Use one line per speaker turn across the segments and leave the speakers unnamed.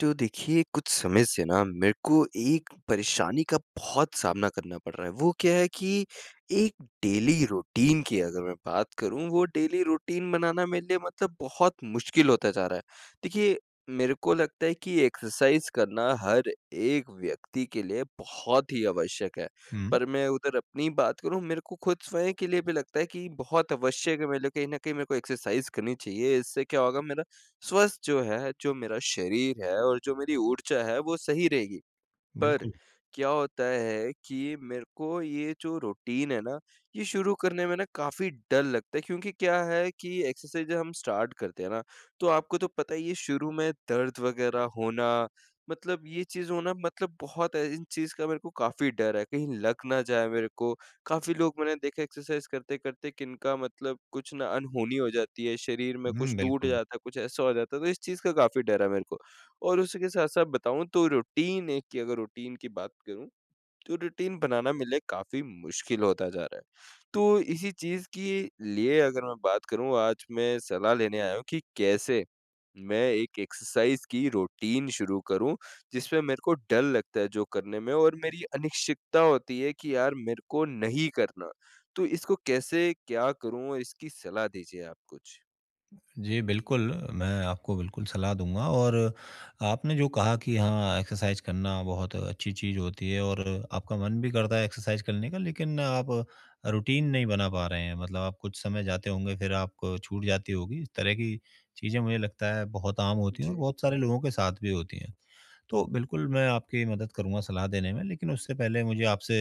तो देखिए कुछ समय से ना मेरे को एक परेशानी का बहुत सामना करना पड़ रहा है। वो क्या है कि एक डेली रूटीन की अगर मैं बात करूँ, वो डेली रूटीन बनाना मेरे लिए मतलब बहुत मुश्किल होता जा रहा है। देखिए, मेरे को लगता है कि एक्सरसाइज़ करना हर एक व्यक्ति के लिए बहुत ही आवश्यक है।
हुँ,
पर मैं उधर अपनी बात करूँ, मेरे को खुद स्वयं के लिए भी लगता है कि बहुत आवश्यक है, मेरे लिए कहीं न कहीं मेरे को एक्सरसाइज़ करनी चाहिए। इससे क्या होगा, मेरा स्वस्थ जो है, जो मेरा शरीर है और जो मेरी ऊर्जा है, वो सही रहेगी। पर
बिल्कुल।
क्या होता है कि मेरे को ये जो रूटीन है ना, ये शुरू करने में ना काफ़ी डर लगता है, क्योंकि क्या है कि एक्सरसाइज़ जब हम स्टार्ट करते हैं ना, तो आपको तो पता ही है शुरू में दर्द वगैरह होना, मतलब ये चीज़ होना, मतलब बहुत है, इन चीज़ का मेरे को काफ़ी डर है, कहीं लग ना जाए मेरे को। काफ़ी लोग मैंने देखा एक्सरसाइज़ करते-करते किनका मतलब कुछ ना अनहोनी हो जाती है, शरीर में कुछ
हुँ,
टूट
बिल्कुल।
जाता है, कुछ ऐसा हो जाता है, तो इस चीज़ का काफ़ी डर है मेरे को। और उसके साथ-साथ बताऊँ तो रूटीन एक की अगर रूटीन की बात करूँ, तो रूटीन बनाना मेरे लिए काफ़ी मुश्किल होता जा रहा है। तो इसी चीज़ के लिए अगर मैं बात करूँ, आज मैं सलाह लेने आया हूँ कि कैसे मैं एक एक्सरसाइज़ की रूटीन शुरू करूँ, जिसमें मेरे को डर लगता है जो करने में, और मेरी अनिश्चितता होती है कि यार मेरे को नहीं करना। तो इसको कैसे क्या करूँ? इसकी सलाह दीजिए आप कुछ।
जी, बिल्कुल, मैं आपको बिल्कुल सलाह दूँगा। और आपने जो कहा कि हाँ, एक्सरसाइज़ करना बहुत अच्छी चीज़ होती है, और आपका मन भी करता है एक्सरसाइज़ करने का, लेकिन आप रूटीन नहीं बना पा रहे हैं। मतलब आप कुछ समय जाते होंगे, फिर आपको छूट जाती होगी। इस तरह की चीज़ें मुझे लगता है बहुत आम होती हैं और
जी।
बहुत सारे लोगों के साथ भी होती हैं। तो बिल्कुल, मैं आपकी मदद करूँगा सलाह देने में, लेकिन उससे पहले मुझे आपसे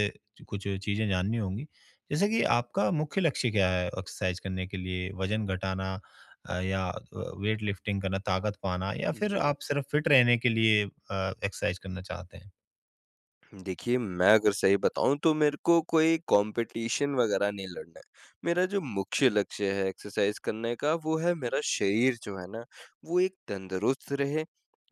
कुछ चीज़ें जाननी होंगी। जैसे कि आपका मुख्य लक्ष्य क्या है एक्सरसाइज़ करने के लिए? वज़न घटाना, या वेट लिफ्टिंग करना, ताकत पाना, या फिर
जी।
आप सिर्फ़ फिट रहने के लिए एक्सरसाइज़ करना चाहते हैं?
देखिए, मैं अगर सही बताऊँ तो मेरे को कोई कॉम्पिटिशन वगैरह नहीं लड़ना है। मेरा जो मुख्य लक्ष्य है एक्सरसाइज़ करने का, वो है मेरा शरीर जो है ना, वो एक तंदुरुस्त रहे।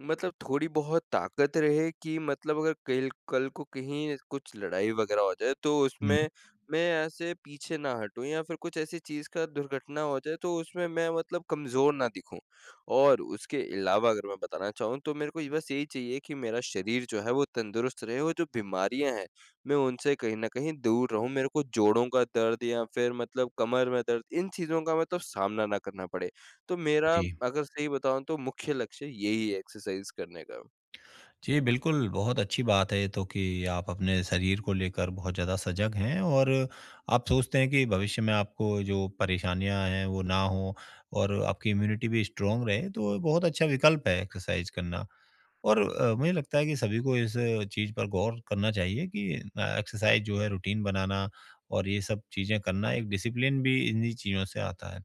मतलब थोड़ी बहुत ताकत रहे कि, मतलब अगर कल कल को कहीं कुछ लड़ाई वगैरह हो जाए तो
हुँ,
उसमें मैं ऐसे पीछे ना हटूँ, या फिर कुछ ऐसी चीज़ का दुर्घटना हो जाए तो उसमें मैं मतलब कमज़ोर ना दिखूँ। और उसके अलावा अगर मैं बताना चाहूँ तो मेरे को ये बस यही चाहिए कि मेरा शरीर जो है वो तंदुरुस्त रहे और जो बीमारियाँ हैं, मैं उनसे कहीं न कहीं दूर रहूँ। मेरे को जोड़ों का दर्द या फिर मतलब कमर में दर्द, इन चीज़ों का मतलब सामना ना करना पड़े। तो मेरा,
जी।
अगर सही बताऊँ तो, मुख्य लक्ष्य यही है एक्सरसाइज़ करने का।
जी, बिल्कुल, बहुत अच्छी बात है ये तो, कि आप अपने शरीर को लेकर बहुत ज़्यादा सजग हैं, और आप सोचते हैं कि भविष्य में आपको जो परेशानियाँ हैं, वो ना हो और आपकी इम्यूनिटी भी स्ट्रॉन्ग रहे, तो बहुत अच्छा विकल्प है एक्सरसाइज करना। और मुझे लगता है कि सभी को इस चीज़ पर गौर करना चाहिए कि एक्सरसाइज जो है, रूटीन बनाना और ये सब चीज़ें करना, एक डिसिप्लिन भी इन्हीं चीज़ों से आता है।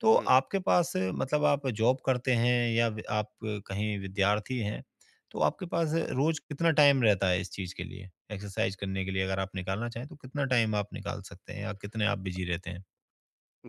तो
हुँ।
आपके पास, मतलब आप जॉब करते हैं या आप कहीं विद्यार्थी हैं, तो आपके पास रोज कितना टाइम रहता है इस चीज के लिए, एक्सरसाइज करने के लिए? अगर आप निकालना चाहें तो कितना टाइम आप निकाल सकते हैं, या कितने आप बिजी रहते हैं?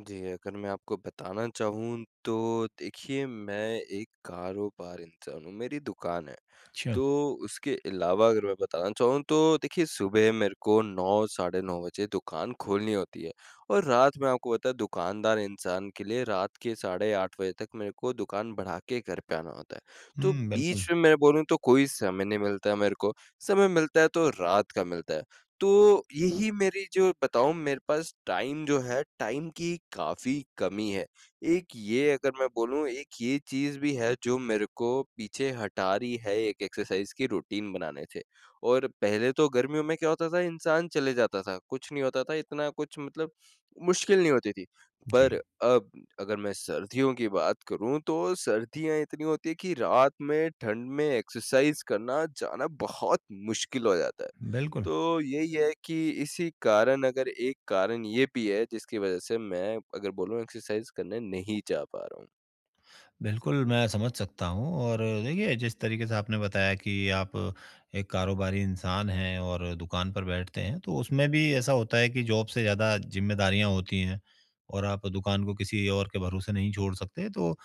जी, अगर मैं आपको बताना चाहूँ तो देखिए, मैं एक कारोबार इंसान हूँ, मेरी दुकान है।
अच्छा।
तो उसके अलावा अगर मैं बताना चाहूँ तो देखिए, सुबह मेरे को 9 साढ़े 9 बजे दुकान खोलनी होती है, और रात में आपको पता है दुकानदार इंसान के लिए रात के साढ़े 8 बजे तक मेरे को दुकान बढ़ा के घर पे आना होता है। तो
हम्म, बिल्कुल।
बीच में मैं बोलूँ तो कोई समय नहीं मिलता है मेरे को, समय मिलता है तो रात का मिलता है। तो यही, मेरी जो बताऊँ, मेरे पास टाइम जो है, टाइम की काफ़ी कमी है। एक ये अगर मैं बोलूँ, एक ये चीज़ भी है जो मेरे को पीछे हटा रही है एक एक्सरसाइज़ की रूटीन बनाने से। और पहले तो गर्मियों में क्या होता था, इंसान चले जाता था, कुछ नहीं होता था, इतना कुछ मतलब मुश्किल नहीं होती थी।
जी।
पर अब अगर मैं सर्दियों की बात करूँ तो सर्दियाँ इतनी होती है कि रात में ठंड में एक्सरसाइज़ करना, जाना बहुत मुश्किल हो जाता है।
बिल्कुल।
तो यही है कि इसी कारण, अगर एक कारण ये भी है जिसकी वजह से मैं अगर बोलूँ, एक्सरसाइज़ करने नहीं जा पा रहा हूँ।
बिल्कुल, मैं समझ सकता हूँ। और देखिए, जिस तरीके से आपने बताया कि आप एक कारोबारी इंसान हैं और दुकान पर बैठते हैं, तो उसमें भी ऐसा होता है कि जॉब से ज़्यादा ज़िम्मेदारियाँ होती हैं और आप दुकान को किसी और के भरोसे नहीं छोड़ सकते। तो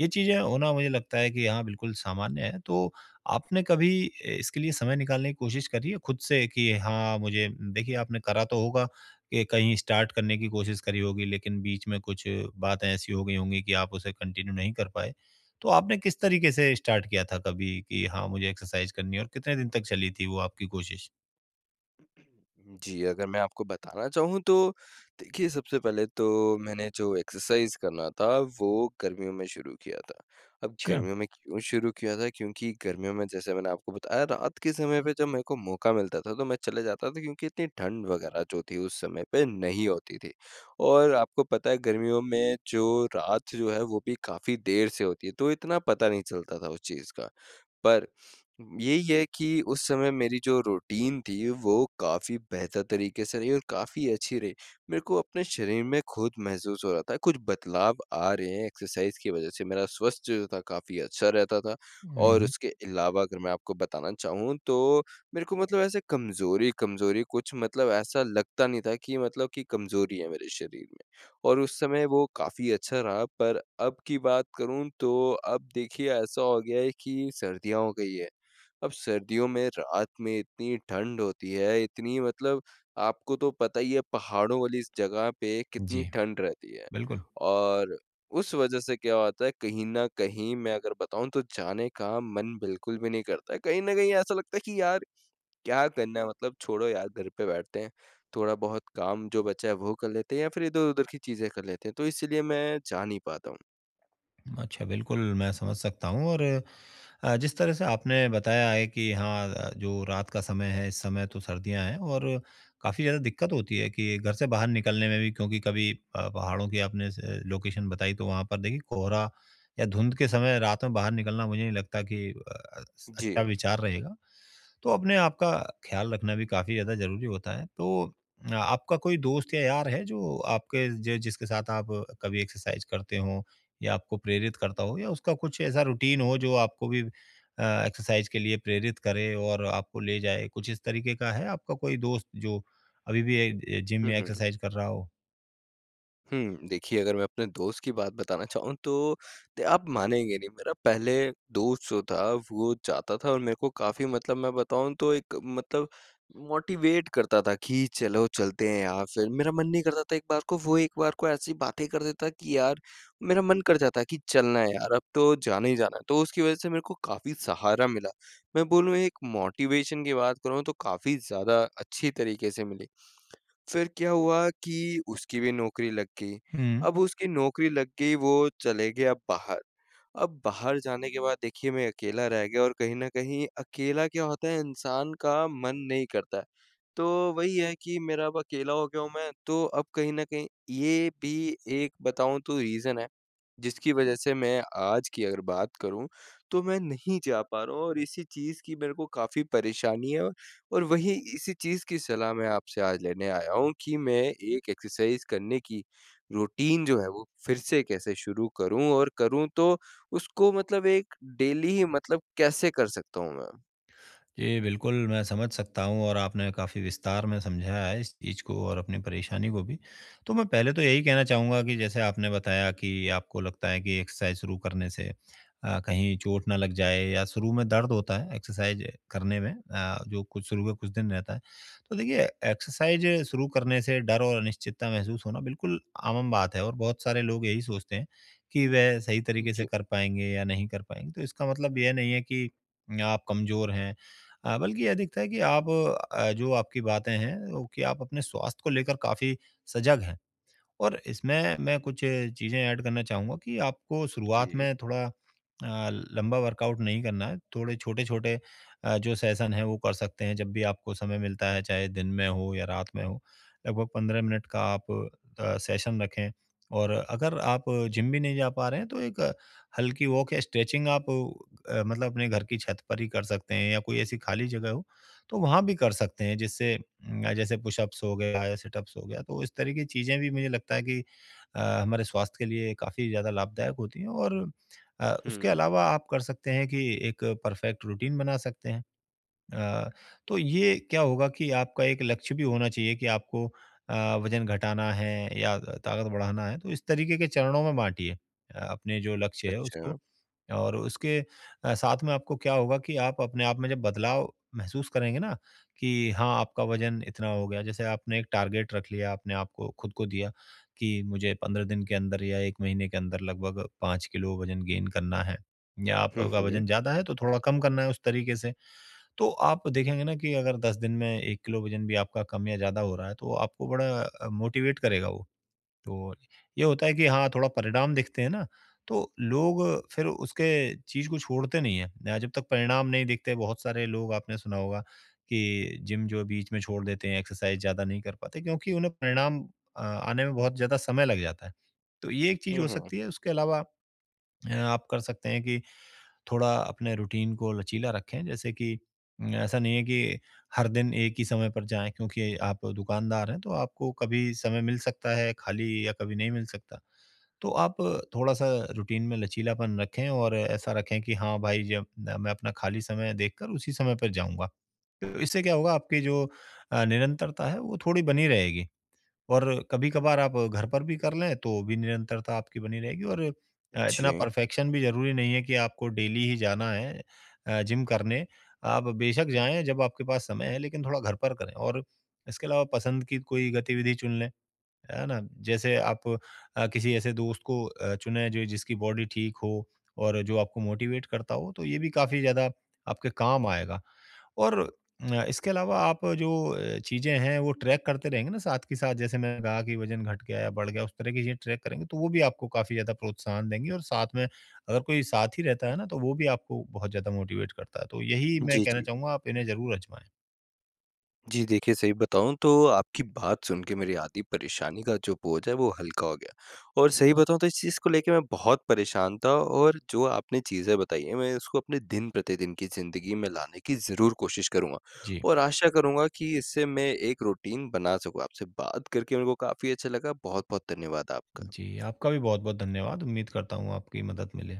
ये चीज़ें होना मुझे लगता है कि हाँ, बिल्कुल सामान्य है। तो आपने कभी इसके लिए समय निकालने की कोशिश करी है खुद से, कि हाँ, मुझे? देखिए, आपने करा तो होगा, के कहीं स्टार्ट करने की कोशिश करी होगी, लेकिन बीच में कुछ बातें ऐसी हो गई होंगी कि आप उसे कंटिन्यू नहीं कर पाए। तो आपने किस तरीके से स्टार्ट किया था कभी कि हाँ, मुझे एक्सरसाइज़ करनी है, और कितने दिन तक चली थी वो आपकी कोशिश?
जी, अगर मैं आपको बताना चाहूँ तो देखिए, सबसे पहले तो मैंने जो एक्सरसाइज़ करना था, वो गर्मियों में शुरू किया था। अब
अच्छा।
गर्मियों में क्यों शुरू किया था? क्योंकि गर्मियों में जैसे मैंने आपको बताया, रात के समय पे जब मेरे को मौका मिलता था, तो मैं चले जाता था क्योंकि इतनी ठंड वगैरह जो थी उस समय पे नहीं होती थी। और आपको पता है गर्मियों में जो रात जो है वो भी काफ़ी देर से होती है, तो इतना पता नहीं चलता था उस चीज़ का। पर यही है कि उस समय मेरी जो रूटीन थी, वो काफ़ी बेहतर तरीके से रही और काफ़ी अच्छी रही। मेरे को अपने शरीर में खुद महसूस हो रहा था, कुछ बदलाव आ रहे हैं एक्सरसाइज़ की वजह से। मेरा स्वास्थ्य जो था काफ़ी अच्छा रहता था,
हुँ,
और
हुँ।
उसके अलावा अगर मैं आपको बताना चाहूँ तो मेरे को मतलब ऐसे कमज़ोरी-कमज़ोरी कुछ मतलब ऐसा लगता नहीं था कि, मतलब कि, कमज़ोरी है मेरे शरीर में। और उस समय वो काफ़ी अच्छा रहा, पर अब की बात करूँ तो अब देखिए ऐसा हो गया है कि सर्दियाँ हो गई है। अब सर्दियों में रात में इतनी ठंड होती है, इतनी मतलब आपको तो पता ही है पहाड़ों वाली इस जगह पे कितनी
जी,
ठंड रहती है।
बिल्कुल।
और उस वज़ह से क्या होता है, कहीं न कहीं मैं अगर बताऊँ तो जाने का मन बिल्कुल भी नहीं करता है। कहीं न कहीं ऐसा लगता है कि यार क्या करना है, मतलब छोड़ो यार, घर पे बैठते हैं। थोड़ा बहुत काम जो बचा है वो कर लेते हैं या फिर इधर-उधर की चीज़ें कर लेते हैं। तो इसीलिए मैं जा नहीं पाता हूँ।
अच्छा, बिल्कुल मैं समझ सकता हूँ। और जिस तरह से आपने बताया है कि हाँ, जो रात का समय है, इस समय तो सर्दियाँ हैं, और काफ़ी ज़्यादा दिक्कत होती है कि घर से बाहर निकलने में भी, क्योंकि कभी पहाड़ों की आपने स लोकेशन बताई, तो वहाँ पर देखिए कोहरा या धुंध के समय रात में बाहर निकलना मुझे नहीं लगता कि अ, स
जी।
अच्छा विचार रहेगा। तो अपने आप का ख़्याल रखना भी काफ़ी ज़्यादा ज़रूरी होता है। तो आपका कोई दोस्त या यार है, जो आपके ज जिसके साथ आप कभी एक्सरसाइज़ करते हों, या आपको प्रेरित करता हो, या उसका कुछ ऐसा रूटीन हो जो आपको भी एक्सरसाइज के लिए प्रेरित करे और आपको ले जाए? कुछ इस तरीके का है आपका कोई दोस्त, जो अभी भी जिम
हुँ,
या
हुँ।
एक्सरसाइज कर रहा हो?
हुँ, देखिए, अगर मैं अपने दोस्त की बात बताना चाहूँ तो त आप मानेंगे नहीं, मेरा पहले दोस्त जो था वो जाता था, और मेरे को काफ़ी, मतलब मैं बताऊँ तो, एक मतलब मोटिवेट करता था कि चलो चलते हैं यार, फिर मेरा मन नहीं करता था, एक बार को वो, एक बार को ऐसी बातें कर देता कि यार मेरा मन कर जाता कि चलना है यार, अब तो जाना ही जाना है। तो उसकी वज़ह से मेरे को काफ़ी सहारा मिला। मैं बोलूँ, एक मोटिवेशन की बात करूँ तो काफ़ी ज़्यादा अच्छी तरीके से मिली। फिर क्या हुआ कि उसकी भी नौकरी लग गई।
हुँ।
अब उसकी नौकरी लग गई, वो चले गया बाहर। अब बाहर जाने के बाद देखिए मैं अकेला रह गया, और कहीं न कहीं अकेला क्या होता है, इंसान का मन नहीं करता है। तो वही है कि मेरा अब अकेला हो गया हूँ, मैं तो अब कहीं न कहीं, ये भी एक बताऊँ तो रीज़न है, जिसकी वजह से मैं आज की अगर बात करूँ तो मैं नहीं जा पा रहा हूँ, और इसी चीज़ की मेरे को काफ़ी परेशानी है, और वही इसी चीज़ की सलाह मैं आपसे आज लेने आया हूँ कि मैं एक एक्सरसाइज़ करने की रूटीन जो है वो फिर से कैसे शुरू करूँ, और करूँ तो उसको मतलब एक डेली ही मतलब कैसे कर सकता हूँ मैं?
जी, बिल्कुल मैं समझ सकता हूँ, और आपने काफ़ी विस्तार में समझाया है इस चीज़ को और अपनी परेशानी को भी। तो मैं पहले तो यही कहना चाहूँगा कि जैसे आपने बताया कि आपको लगता है कि एक्सरसाइज़ शुरू करने से कहीं चोट ना लग जाए, या शुरू में दर्द होता है एक्सरसाइज़ करने में, जो कुछ शुरू के कुछ दिन रहता है। तो देखिए, एक्सरसाइज़ शुरू करने से डर और अनिश्चितता महसूस होना बिल्कुल आम बात है, और बहुत सारे लोग यही सोचते हैं कि वह सही तरीके से
जी।
कर पाएँगे या नहीं कर पाएँगे। तो इसका मतलब यह नहीं है कि आप कमज़ोर हैं, बल्कि यह दिखता है कि आप, जो आपकी बातें हैं, वो कि आप अपने स्वास्थ्य को लेकर काफ़ी सजग हैं। और इसमें मैं कुछ चीज़ें ऐड करना चाहूँगा कि आपको शुरुआत
जी।
में थोड़ा लंबा वर्कआउट नहीं करना है। थोड़े छोटे-छोटे जो सेशन हैं, वो कर सकते हैं जब भी आपको समय मिलता है, चाहे दिन में हो या रात में हो। लगभग 15 मिनट का आप सेशन रखें। और अगर आप जिम भी नहीं जा पा रहे हैं, तो एक हल्की वॉक या स्ट्रेचिंग आप मतलब अपने घर की छत पर ही कर सकते हैं, या कोई ऐसी खाली जगह हो तो वहाँ भी कर सकते हैं, जिससे जैसे पुशअप्स हो गया या सिटअप्स हो गया। तो इस तरह की चीज़ें भी मुझे लगता है कि हमारे स्वास्थ्य के लिए काफ़ी ज़्यादा लाभदायक होती हैं। और उसके
हुँ।
अलावा आप कर सकते हैं कि एक परफेक्ट रूटीन बना सकते हैं। अ, तो ये क्या होगा कि आपका एक लक्ष्य भी होना चाहिए, कि आपको अ, वज़न घटाना है या ताकत बढ़ाना है। तो इस तरीके के चरणों में बाँटिए अपने जो लक्ष्य है
अच्छा।
उसको। और उसके साथ में आपको क्या होगा, कि आप अपने आप में जब बदलाव महसूस करेंगे ना, कि हाँ, आपका वज़न इतना हो गया। जैसे आपने एक टारगेट रख लिया, आपने आपको खुद को दिया कि मुझे 15 दिन के अंदर या 1 महीने के अंदर लगभग 5 किलो वज़न गेन करना है, या
हुँ,
आपका
हुँ।
वज़न ज़्यादा है तो थोड़ा कम करना है उस तरीके से। तो आप देखेंगे ना, कि अगर 10 दिन में 1 किलो वज़न भी आपका कम या ज़्यादा हो रहा है, तो आपको बड़ा मोटिवेट करेगा वो। तो ये होता है कि हाँ, थोड़ा परिणाम दिखते हैं ना, तो लोग फिर उसके चीज़ को छोड़ते नहीं हैं। जब तक परिणाम नहीं दिखते, बहुत सारे लोग आपने सुना होगा कि जिम जो है बीच में छोड़ देते हैं, एक्सरसाइज़ ज़्यादा नहीं कर पाते क्योंकि उन्हें परिणाम आने में बहुत ज़्यादा समय लग जाता है। तो ये एक चीज़
हुँ,
हो
हुँ।
सकती है। उसके अलावा आप कर सकते हैं कि थोड़ा अपने रूटीन को लचीला रखें, जैसे कि न, ऐसा नहीं है कि हर दिन एक ही समय पर जाएं, क्योंकि आप दुकानदार हैं तो आपको कभी समय मिल सकता है खाली, या कभी नहीं मिल सकता। तो आप थोड़ा सा रूटीन में लचीलापन रखें, और ऐसा रखें कि हाँ भाई, जब मैं अपना खाली समय देखकर उसी समय पर जाऊंगा, तो इससे क्या होगा, आपकी जो निरंतरता है वो थोड़ी बनी रहेगी। और कभी-कभार आप घर पर भी कर लें तो भी निरंतरता आपकी बनी रहेगी। और इतना
जी।
परफेक्शन भी ज़रूरी नहीं है कि आपको डेली ही जाना है जिम करने। आप बेशक जाएँ जब आपके पास समय है, लेकिन थोड़ा घर पर करें। और इसके अलावा पसंद की कोई गतिविधि चुन लें। है ना? जैसे आप किसी ऐसे दोस्त को चुनें, जो जिसकी बॉडी ठीक हो और जो आपको मोटिवेट करता हो, तो ये भी काफ़ी ज़्यादा आपके काम आएगा। और इसके अलावा आप जो चीज़ें हैं वो ट्रैक करते रहेंगे ना, साथ के साथ, जैसे मैंने कहा कि वज़न घट गया या बढ़ गया, उस तरह की चीज़ें ट्रैक करेंगे तो वो भी आपको काफ़ी ज़्यादा प्रोत्साहन देंगी। और साथ में अगर कोई साथी रहता है ना, तो वो भी आपको बहुत ज़्यादा मोटिवेट करता है। तो यही मैं
जी,
कहना
जी।
चाहूँगा, आप इन्हें ज़रूर आज़माएँ।
जी, देखिए, सही बताऊँ तो आपकी बात सुन के मेरी आधी परेशानी का जो बोझ है वो हल्का हो गया, और सही बताऊँ तो इस चीज़ को लेके मैं बहुत परेशान था, और जो आपने चीज़ें बताई हैं मैं उसको अपने दिन-प्रतिदिन की ज़िंदगी में लाने की ज़रूर कोशिश करूँगा,
जी।
और आशा करूँगा कि इससे मैं एक रूटीन बना सकूँ। आपसे बात करके मेरे को काफ़ी अच्छा लगा। बहुत-बहुत धन्यवाद आपका।
जी, आपका भी बहुत-बहुत धन्यवाद। उम्मीद करता हूँ आपकी मदद मिले।